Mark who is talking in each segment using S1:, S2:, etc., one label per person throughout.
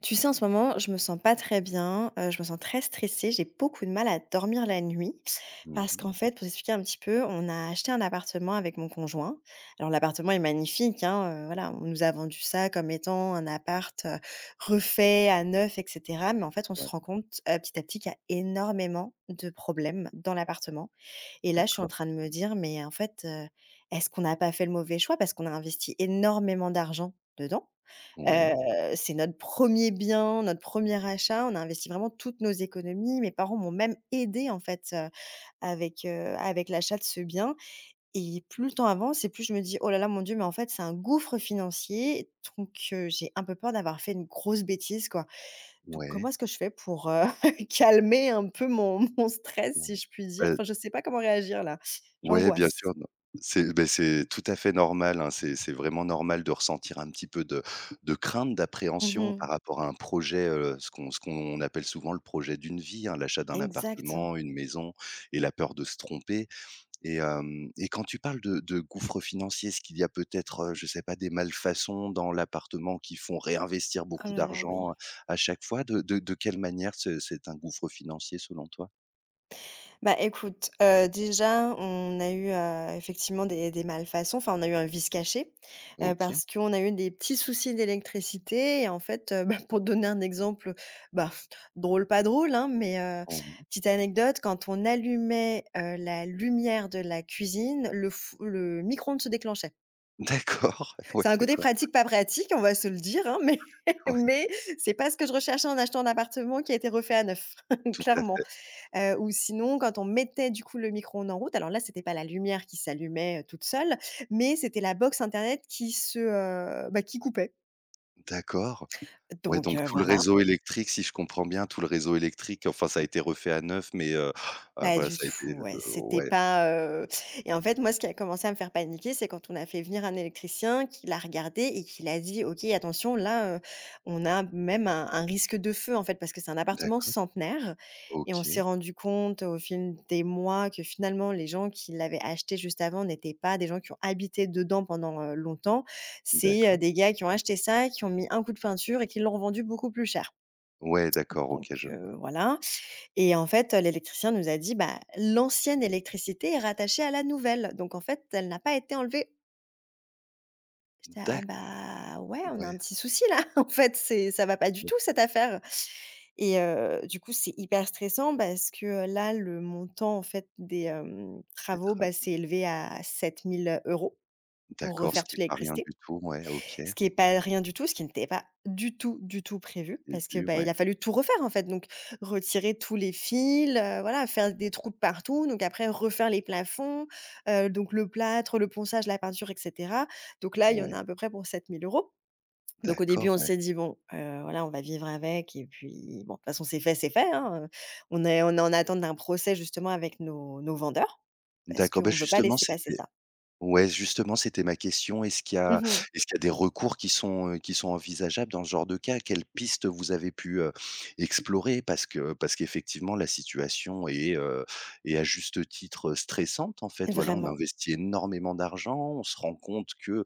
S1: Tu sais, en ce moment, je me sens pas très bien, je me sens très stressée, j'ai beaucoup de mal à dormir la nuit
S2: Mmh
S1: parce
S2: mh.
S1: qu'en fait, pour t'expliquer un petit peu, on a acheté un appartement avec mon conjoint. Alors l'appartement est magnifique, hein, voilà, on nous a vendu ça comme étant un appart, refait à neuf et cetera, mais en fait, on se
S2: Ouais,
S1: rend compte, petit à petit qu'il y a énormément de problèmes dans l'appartement et là, je suis en
S2: d'accord.
S1: train de me dire: «Mais en fait, est-ce qu'on n'a pas fait le mauvais choix?» parce qu'on a investi énormément d'argent dedans.
S2: Ouais,
S1: C'est notre premier bien, notre premier achat. On a investi vraiment toutes nos économies. Mes parents m'ont même aidée en fait, avec l'achat de ce bien et plus le temps avance et plus je me dis: «Oh là là, mon Dieu, mais en fait, c'est un gouffre financier». Donc j'ai un peu peur d'avoir fait une grosse bêtise, quoi. Donc comment
S2: ouais,
S1: est-ce que je fais pour, calmer un peu mon stress, si
S2: ouais.
S1: je puis dire?
S2: Bah,
S1: Enfin, je sais pas comment réagir là.
S2: ouais, bien
S1: J'angoisse.
S2: sûr, non. C'est c'est tout à fait normal, hein. C'est vraiment normal de ressentir un petit peu de crainte, d'appréhension
S1: Mmh.
S2: par rapport à un projet, ce qu'on appelle souvent le projet d'une vie, hein, l'achat d'un
S1: Exact.
S2: appartement, une maison et la peur de se tromper. Et quand tu parles de gouffre financier, est-ce qu'il y a peut-être, je sais pas, des malfaçons dans l'appartement qui font réinvestir
S1: Oh
S2: beaucoup
S1: là là, oui.
S2: d'argent, à chaque fois? De quelle manière ce c'est un gouffre financier selon toi?
S1: Bah, écoute, déjà, on a eu, effectivement des malfaçons, enfin, on a eu un vice caché,
S2: OK.
S1: parce qu'on a eu des petits soucis d'électricité et en fait, bah, pour te donner un exemple, bah, drôle, pas drôle, hein, mais
S2: Oui.
S1: petite anecdote, quand on allumait, la lumière de la cuisine, le micro-ondes se déclenchait.
S2: D'accord. Ouais,
S1: C'est un côté
S2: d'accord.
S1: pratique, pas pratique, on va se le dire, hein, mais
S2: Ouais,
S1: mais c'est pas ce que je recherchais en achetant un appartement qui a été refait à neuf,
S2: tout à
S1: clairement.
S2: fait.
S1: Ou sinon quand on mettait du coup le micro-ondes en route, alors là c'était pas la lumière qui s'allumait, toute seule, mais c'était la box internet qui se, bah, qui coupait.
S2: D'accord. Ouais,
S1: Donc
S2: donc tout le
S1: voilà.
S2: réseau électrique, si je comprends bien, tout le réseau électrique, enfin ça a été refait à neuf, mais
S1: Pas
S2: voilà,
S1: du
S2: ça a
S1: tout,
S2: été,
S1: ouais, c'était
S2: ouais,
S1: pas, et en fait, moi, ce qui a commencé à me faire paniquer, c'est quand on a fait venir un électricien, qui l'a regardé et qui l'a dit: «OK, attention, là, on a même un risque de feu», en fait, parce que c'est un appartement
S2: d'accord.
S1: centenaire et on
S2: OK,
S1: s'est rendu compte au fil des mois que, finalement, les gens qui l'avaient acheté juste avant n'étaient pas des gens qui ont habité dedans pendant, longtemps. C'est,
S2: d'accord.
S1: des gars qui ont acheté ça, qui ont mis un coup de peinture et qui l'ont revendu beaucoup plus cher.
S2: Ouais, d'accord,
S1: Donc
S2: OK, je vois.
S1: voilà et en fait, l'électricien nous a dit: «Bah, l'ancienne électricité est rattachée à la nouvelle, donc en fait, elle n'a pas été enlevée». J'étais: «Ah
S2: D'accord.
S1: bah, ouais, on a
S2: Ouais,
S1: un petit souci là, en fait, c'est ça va pas du
S2: donc
S1: tout cette affaire» et du coup, c'est hyper stressant parce que, là, le montant, en fait, des,
S2: des
S1: travaux, bah,
S2: travaux.
S1: s'est élevé à 7 000 € pour
S2: D'accord, ce
S1: refaire
S2: qui
S1: toute
S2: est pas rien
S1: l'électricité.
S2: du tout, ouais, OK,
S1: Ce qui est pas rien du tout, ce qui n'était pas du tout, du tout prévu
S2: j'ai
S1: parce que,
S2: vu,
S1: bah, il
S2: ouais,
S1: a fallu tout refaire, en fait, donc retirer tous les fils, voilà, faire des trous de partout, donc après refaire les plafonds, donc le plâtre, le ponçage, la peinture et cetera. Donc là, il y en
S2: ouais,
S1: a à peu près pour 7 000 euros. Donc au début,
S2: d'accord,
S1: on
S2: ouais.
S1: s'est dit: «Bon, voilà, on va vivre avec et puis bon, de toute façon, c'est fait, hein», on est en attente d'un procès justement avec nos vendeurs parce
S2: D'accord, bah,
S1: qu'on ne veut pas
S2: justement,
S1: laisser passer
S2: c'était
S1: ça.
S2: Ouais, justement, c'était ma question.
S1: Mmh.
S2: Est-ce qu'il y a des recours qui sont envisageables dans ce genre de cas? Quelles pistes vous avez pu, explorer? Parce qu'effectivement, la situation est, est à juste titre, stressante, en fait. Voilà, on
S1: Vraiment.
S2: investit énormément d'argent, on se rend compte que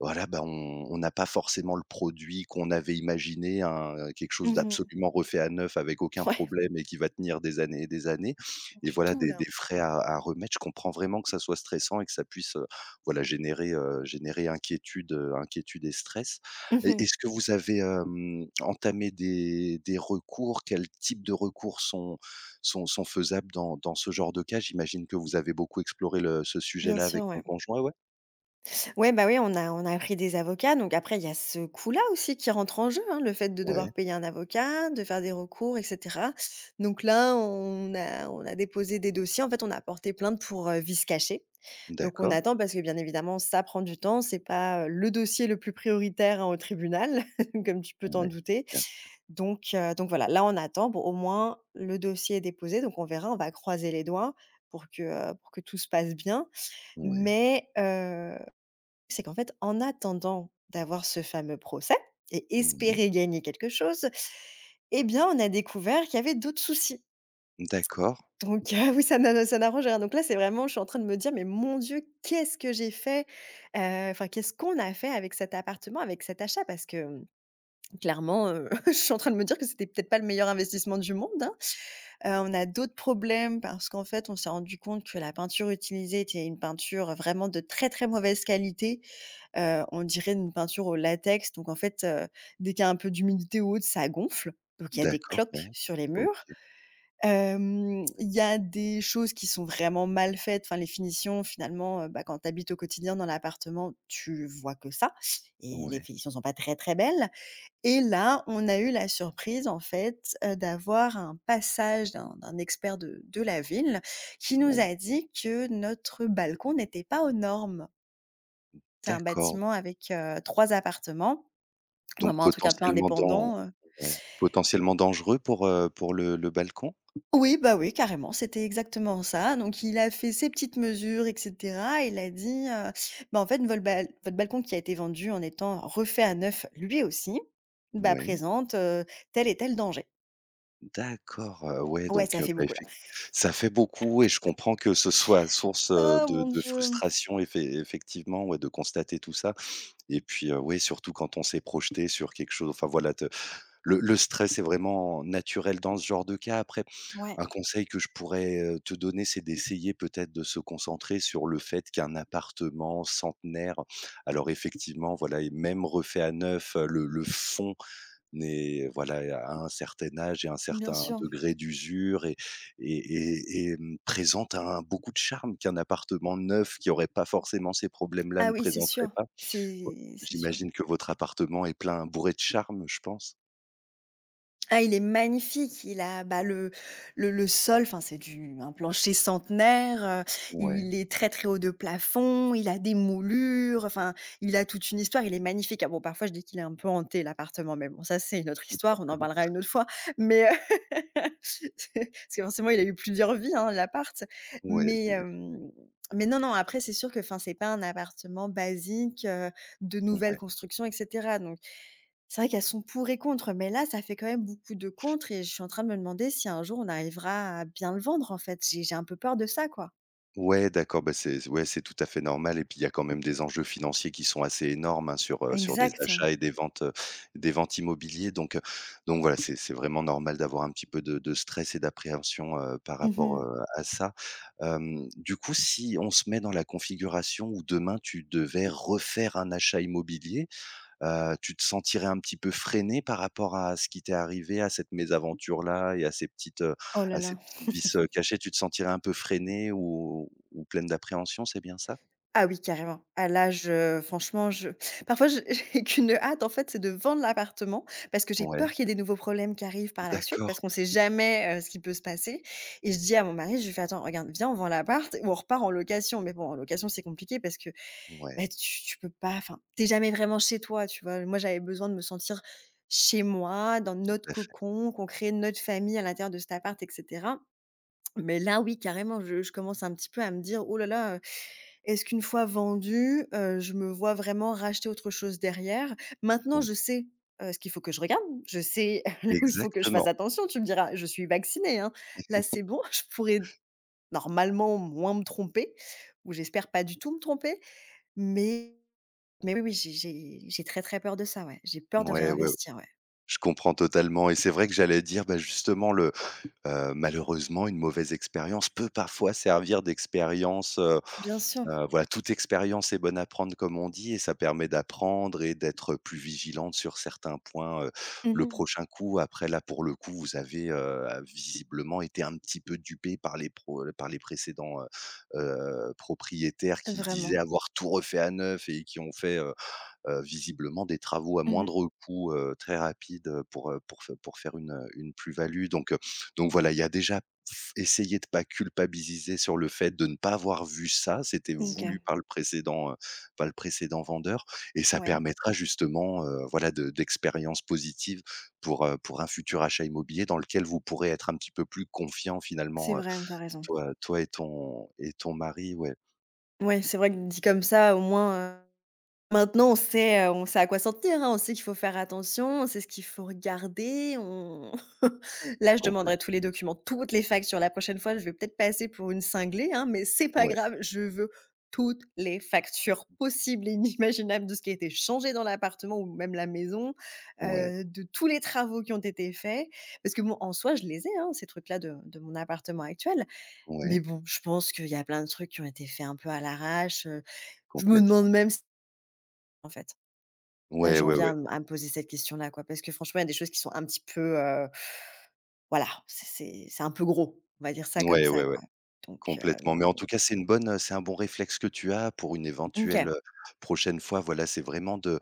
S2: voilà, bah, on n'a pas forcément le produit qu'on avait imaginé, un quelque chose
S1: Mmh.
S2: d'absolument refait à neuf avec aucun
S1: Ouais,
S2: problème et qui va tenir des années et
S1: du
S2: voilà
S1: tout là.
S2: des frais à remettre. Je comprends vraiment que ça soit stressant et que ça puisse, voilà générer, générer inquiétude, inquiétude et stress et
S1: Mmh.
S2: est-ce que vous avez, entamé des recours? Quels types de recours sont faisables dans ce genre de cas? J'imagine que vous avez beaucoup exploré le ce
S1: Bien
S2: sujet-là
S1: sûr,
S2: avec ton
S1: ouais.
S2: conjoint, ouais?
S1: Ouais, bah, oui, on a pris des avocats, donc après il y a ce coût-là aussi qui rentre en jeu, hein, le fait de devoir
S2: Ouais,
S1: payer un avocat, de faire des recours et cetera. Donc là, on a déposé des dossiers. En fait, on a porté plainte pour, vice caché. Donc on
S2: d'accord.
S1: attend parce que bien évidemment ça prend du temps, c'est pas, le dossier le plus prioritaire, hein, au tribunal, comme tu peux t'en
S2: Ouais,
S1: douter.
S2: bien sûr.
S1: Donc voilà, là on attend. Bon, au moins le dossier est déposé, donc on verra, on va croiser les doigts pour que, pour que tout se passe bien.
S2: Ouais,
S1: Mais c'est qu'en fait, en attendant d'avoir ce fameux procès et
S2: ouais.
S1: espérer gagner quelque chose, eh bien, on a découvert qu'il y avait d'autres soucis.
S2: D'accord,
S1: Donc, oui, ça n'arrange rien. Donc là, c'est vraiment je suis en train de me dire: «Mais mon Dieu, qu'est-ce que j'ai fait?» Enfin, qu'est-ce qu'on a fait avec cet appartement, avec cet achat? Parce que, clairement, je suis en train de me dire que c'était peut-être pas le meilleur investissement du monde, hein. On a d'autres problèmes parce qu'en fait, on s'est rendu compte que la peinture utilisée était une peinture vraiment de très, très mauvaise qualité. On dirait une peinture au latex, donc en fait, dès qu'il y a un peu d'humidité ou autre, ça gonfle, donc il y a des
S2: d'accord,
S1: cloques
S2: ouais.
S1: sur les murs.
S2: OK.
S1: Il y a des choses qui sont vraiment mal faites, enfin les finitions finalement, bah, quand tu habites au quotidien dans l'appartement, tu vois que ça et les
S2: Ouais,
S1: finitions sont pas très, très belles et là, on a eu la surprise en fait, d'avoir un passage d'un expert de la ville qui nous
S2: ouais.
S1: a dit que notre balcon n'était pas aux normes. C'est un
S2: D'accord,
S1: bâtiment avec, 3 appartements,
S2: donc
S1: vraiment un truc un peu
S2: potentiellement dan
S1: indépendant,
S2: Ouais, potentiellement dangereux pour le balcon?
S1: oui, bah, oui, carrément, c'était exactement ça. Donc il a fait ses petites mesures et cetera. Il a dit: «Bah, en fait, vol bal votre balcon qui a été vendu en étant refait à neuf lui aussi, bah,
S2: Ouais,
S1: présente, tel et tel danger».
S2: d'accord, ouais,
S1: Ouais,
S2: donc,
S1: ça fait
S2: bah,
S1: beaucoup là.
S2: effec ça fait beaucoup et je comprends que ce soit source,
S1: Oh mon
S2: de
S1: Dieu!
S2: frustration effé effectivement, ouais, de constater tout ça et puis, ouais, surtout quand on s'est projeté sur quelque chose enfin voilà te le stress est vraiment naturel dans ce genre de cas. Après
S1: Ouais,
S2: un conseil que je pourrais, te donner, c'est d'essayer peut-être de se concentrer sur le fait qu'un appartement centenaire, alors effectivement, voilà et même refait à neuf, le fond n'est voilà, à un certain âge et un
S1: bien
S2: certain
S1: sûr.
S2: degré d'usure et et mmh, présente un beaucoup de charme qu'un appartement neuf qui aurait pas forcément ces problèmes-là
S1: Ah
S2: ne
S1: oui, c'est
S2: présenterait
S1: sûr.
S2: pas. Ouais,
S1: C'est sûr.
S2: j'imagine que votre appartement est plein bourré de charme, je pense?
S1: Ah, il est magnifique, il a, bah, le sol, enfin, c'est du un plancher centenaire,
S2: Ouais,
S1: il est très, très haut de plafond, il a des moulures, enfin, il a toute une histoire, il est magnifique. Ah bon, parfois, je dis qu'il est un peu hanté l'appartement, mais bon, ça, c'est une autre histoire, on en
S2: d'accord.
S1: parlera une autre fois, mais c'est parce que forcément, il a eu plusieurs vies, hein, l'appart,
S2: Ouais,
S1: mais
S2: j'imagine,
S1: mais non, non, après, c'est sûr que, enfin, c'est pas un appartement basique, de nouvelle
S2: ouais.
S1: construction et cetera, donc c'est vrai qu'elles sont pour et contre, mais là, ça fait quand même beaucoup de contre et je suis en train de me demander si un jour on arrivera à bien le vendre en fait. J'ai un peu peur de ça, quoi.
S2: Ouais, d'accord, bah, c'est ouais, c'est tout à fait normal et puis il y a quand même des enjeux financiers qui sont assez énormes, hein, sur, sur des
S1: Exact.
S2: achats et des ventes immobilières. Donc, voilà, c'est vraiment normal d'avoir un petit peu de stress et d'appréhension, par
S1: Mmh.
S2: rapport, à ça. Hem, du coup, si on se met dans la configuration où demain tu devais refaire un achat immobilier, tu te sentirais un petit peu freiné par rapport à ce qui t'est arrivé, à cette mésaventure-là et à ces petites,
S1: Oh là
S2: à
S1: là.
S2: ces petits vices, cachés? Tu te sentirais un peu freiné ou pleine d'appréhension, c'est bien ça?
S1: Ah oui, carrément. À l'âge, je franchement, je parfois, je j'ai qu'une hâte, en fait, c'est de vendre l'appartement parce que j'ai peur
S2: Ouais,
S1: qu'il y ait des nouveaux problèmes qui arrivent par la suite
S2: d'accord.
S1: parce qu'on sait jamais, ce qui peut se passer et je dis à mon mari, je lui fais: «Attends, regarde, viens, on vend l'appart ou on repart en location». Mais bon, en location, c'est compliqué parce que,
S2: Ouais,
S1: bah, tu peux pas enfin, t'es jamais vraiment chez toi, tu vois? Moi, j'avais besoin de me sentir chez moi, dans
S2: tout
S1: notre
S2: à fait.
S1: cocon, qu'on crée notre famille à l'intérieur de cet appart et cetera. Mais là, oui, carrément, je commence un petit peu à me dire: «Oh là là, est-ce qu'une fois vendu, je me vois vraiment racheter autre chose derrière? Maintenant,
S2: Ouais.
S1: je sais, ce qu'il faut que je regarde, je sais là où il faut que je fasse
S2: Exactement.
S1: attention. Tu me diras, je suis vaccinée, hein. Là, c'est bon, je pourrais normalement moins me tromper ou j'espère pas du tout me tromper, mais oui, oui, j'ai très, très peur de ça, ouais. J'ai peur de
S2: Ouais, ouais, ouais.
S1: réinvestir, ouais.
S2: Je comprends totalement et c'est vrai que j'allais dire, bah, justement le, malheureusement une mauvaise expérience peut parfois servir d'expérience.
S1: Bien sûr.
S2: Voilà, toute expérience est bonne à prendre comme on dit et ça permet d'apprendre et d'être plus vigilante sur certains points,
S1: Mmh
S2: le
S1: mh.
S2: prochain coup. Après là, pour le coup, vous avez, visiblement été un petit peu dupé par les pro par les précédents, propriétaires qui disaient
S1: Vraiment.
S2: avoir tout refait à neuf et qui ont fait, visiblement des travaux à
S1: Mmh mh.
S2: moindre coût, très rapide, pour f pour faire une plus-value. Donc, voilà, il y a déjà essayer de pas culpabiliser sur le fait de ne pas avoir vu ça, c'était voulu
S1: OK.
S2: par le précédent vendeur et ça
S1: Ouais,
S2: permettra justement, voilà de d'expériences positives pour un futur achat immobilier dans lequel vous pourrez être un petit peu plus confiant
S1: c'est
S2: finalement,
S1: vrai, tu as raison.
S2: toi et ton mari, ouais,
S1: Ouais, c'est vrai que dit comme ça, au moins, Maintenant, on sait à quoi s'en tenir, hein. On sait qu'il faut faire attention, on sait ce qu'il faut regarder, on là, je
S2: complètement,
S1: demanderai tous les documents, toutes les factures. La prochaine fois, je vais peut-être passer pour une cinglée, hein, mais c'est pas
S2: ouais,
S1: grave, je veux toutes les factures possibles et inimaginables de ce qui a été changé dans l'appartement ou même la maison,
S2: ouais,
S1: de tous les travaux qui ont été faits. Parce que bon, en soi, je les ai, hein, ces trucs-là de mon appartement actuel. Mais
S2: ouais,
S1: bon, je pense qu'il y a plein de trucs qui ont été faits un peu à l'arrache, je me demande
S2: complètement.
S1: même si en fait Là,
S2: Ouais,
S1: j'en
S2: ouais,
S1: viens
S2: ouais.
S1: à me poser cette question-là, quoi, parce que franchement, il y a des choses qui sont un petit peu, voilà, c'est un peu gros, on va dire ça comme
S2: Ouais,
S1: ça,
S2: ouais, ouais,
S1: quoi. Donc
S2: complètement. Mais en tout cas, c'est une bonne, c'est un bon réflexe que tu as pour une éventuelle,
S1: OK.
S2: prochaine fois. Voilà, c'est vraiment de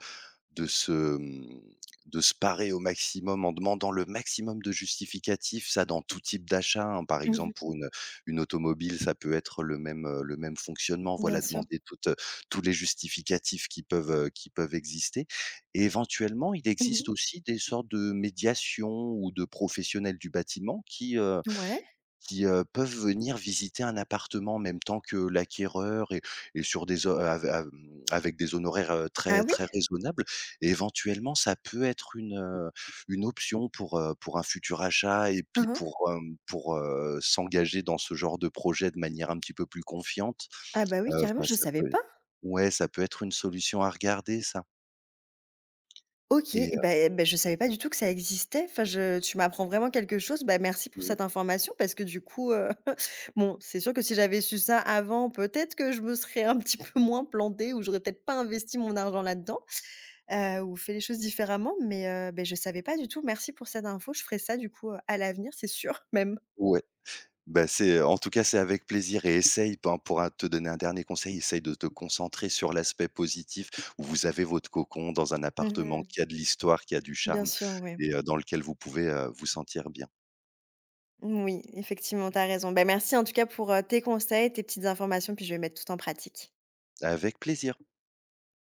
S2: se, mmh, de se parer au maximum en demandant le maximum de justificatifs. Ça, dans tout type d'achat, hein. Par
S1: Mmh.
S2: exemple, pour une automobile, ça peut être le même fonctionnement.
S1: Bien
S2: Voilà,
S1: sûr.
S2: demander toutes, tous les justificatifs qui peuvent exister. Et éventuellement, il existe
S1: Mmh.
S2: aussi des sortes de médiations ou de professionnels du bâtiment
S1: Ouais.
S2: qui, peuvent venir visiter un appartement en même temps que l'acquéreur et sur des ho av av mmh, avec des honoraires,
S1: Ah
S2: très,
S1: oui?
S2: très raisonnables et éventuellement ça peut être une option pour un futur achat et puis
S1: Hein, hein.
S2: pour, s'engager dans ce genre de projet de manière un petit peu plus confiante.
S1: Ah bah, oui, carrément,
S2: Enfin
S1: je
S2: ça
S1: savais
S2: peut
S1: pas.
S2: Ouais, ça peut être une solution à regarder ça
S1: OK,
S2: et
S1: et beh, je savais pas du tout que ça existait. Enfin, je tu m'apprends vraiment quelque chose. Bah, merci pour
S2: ouais.
S1: cette information parce que du coup, bon, c'est sûr que si j'avais su ça avant, peut-être que je me serais un petit peu moins plantée ou j'aurais peut-être pas investi mon argent là-dedans. Ou fait les choses différemment, mais beh, je savais pas du tout. Merci pour cette info. Je ferai ça du coup, à l'avenir, c'est sûr même.
S2: Ouais. Bah, c'est en tout cas, c'est avec plaisir et essaye, ben, pour un te donner un dernier conseil, essaye de te concentrer sur l'aspect positif où vous avez votre cocon dans un appartement
S1: Mmh.
S2: qui a de l'histoire, qui a du
S1: Bien
S2: charme
S1: sûr, oui.
S2: et dans lequel vous pouvez, vous sentir bien.
S1: Oui, effectivement, tu as raison. Ben merci en tout cas pour, tes conseils, tes petites informations, puis je vais mettre tout en pratique.
S2: Avec plaisir.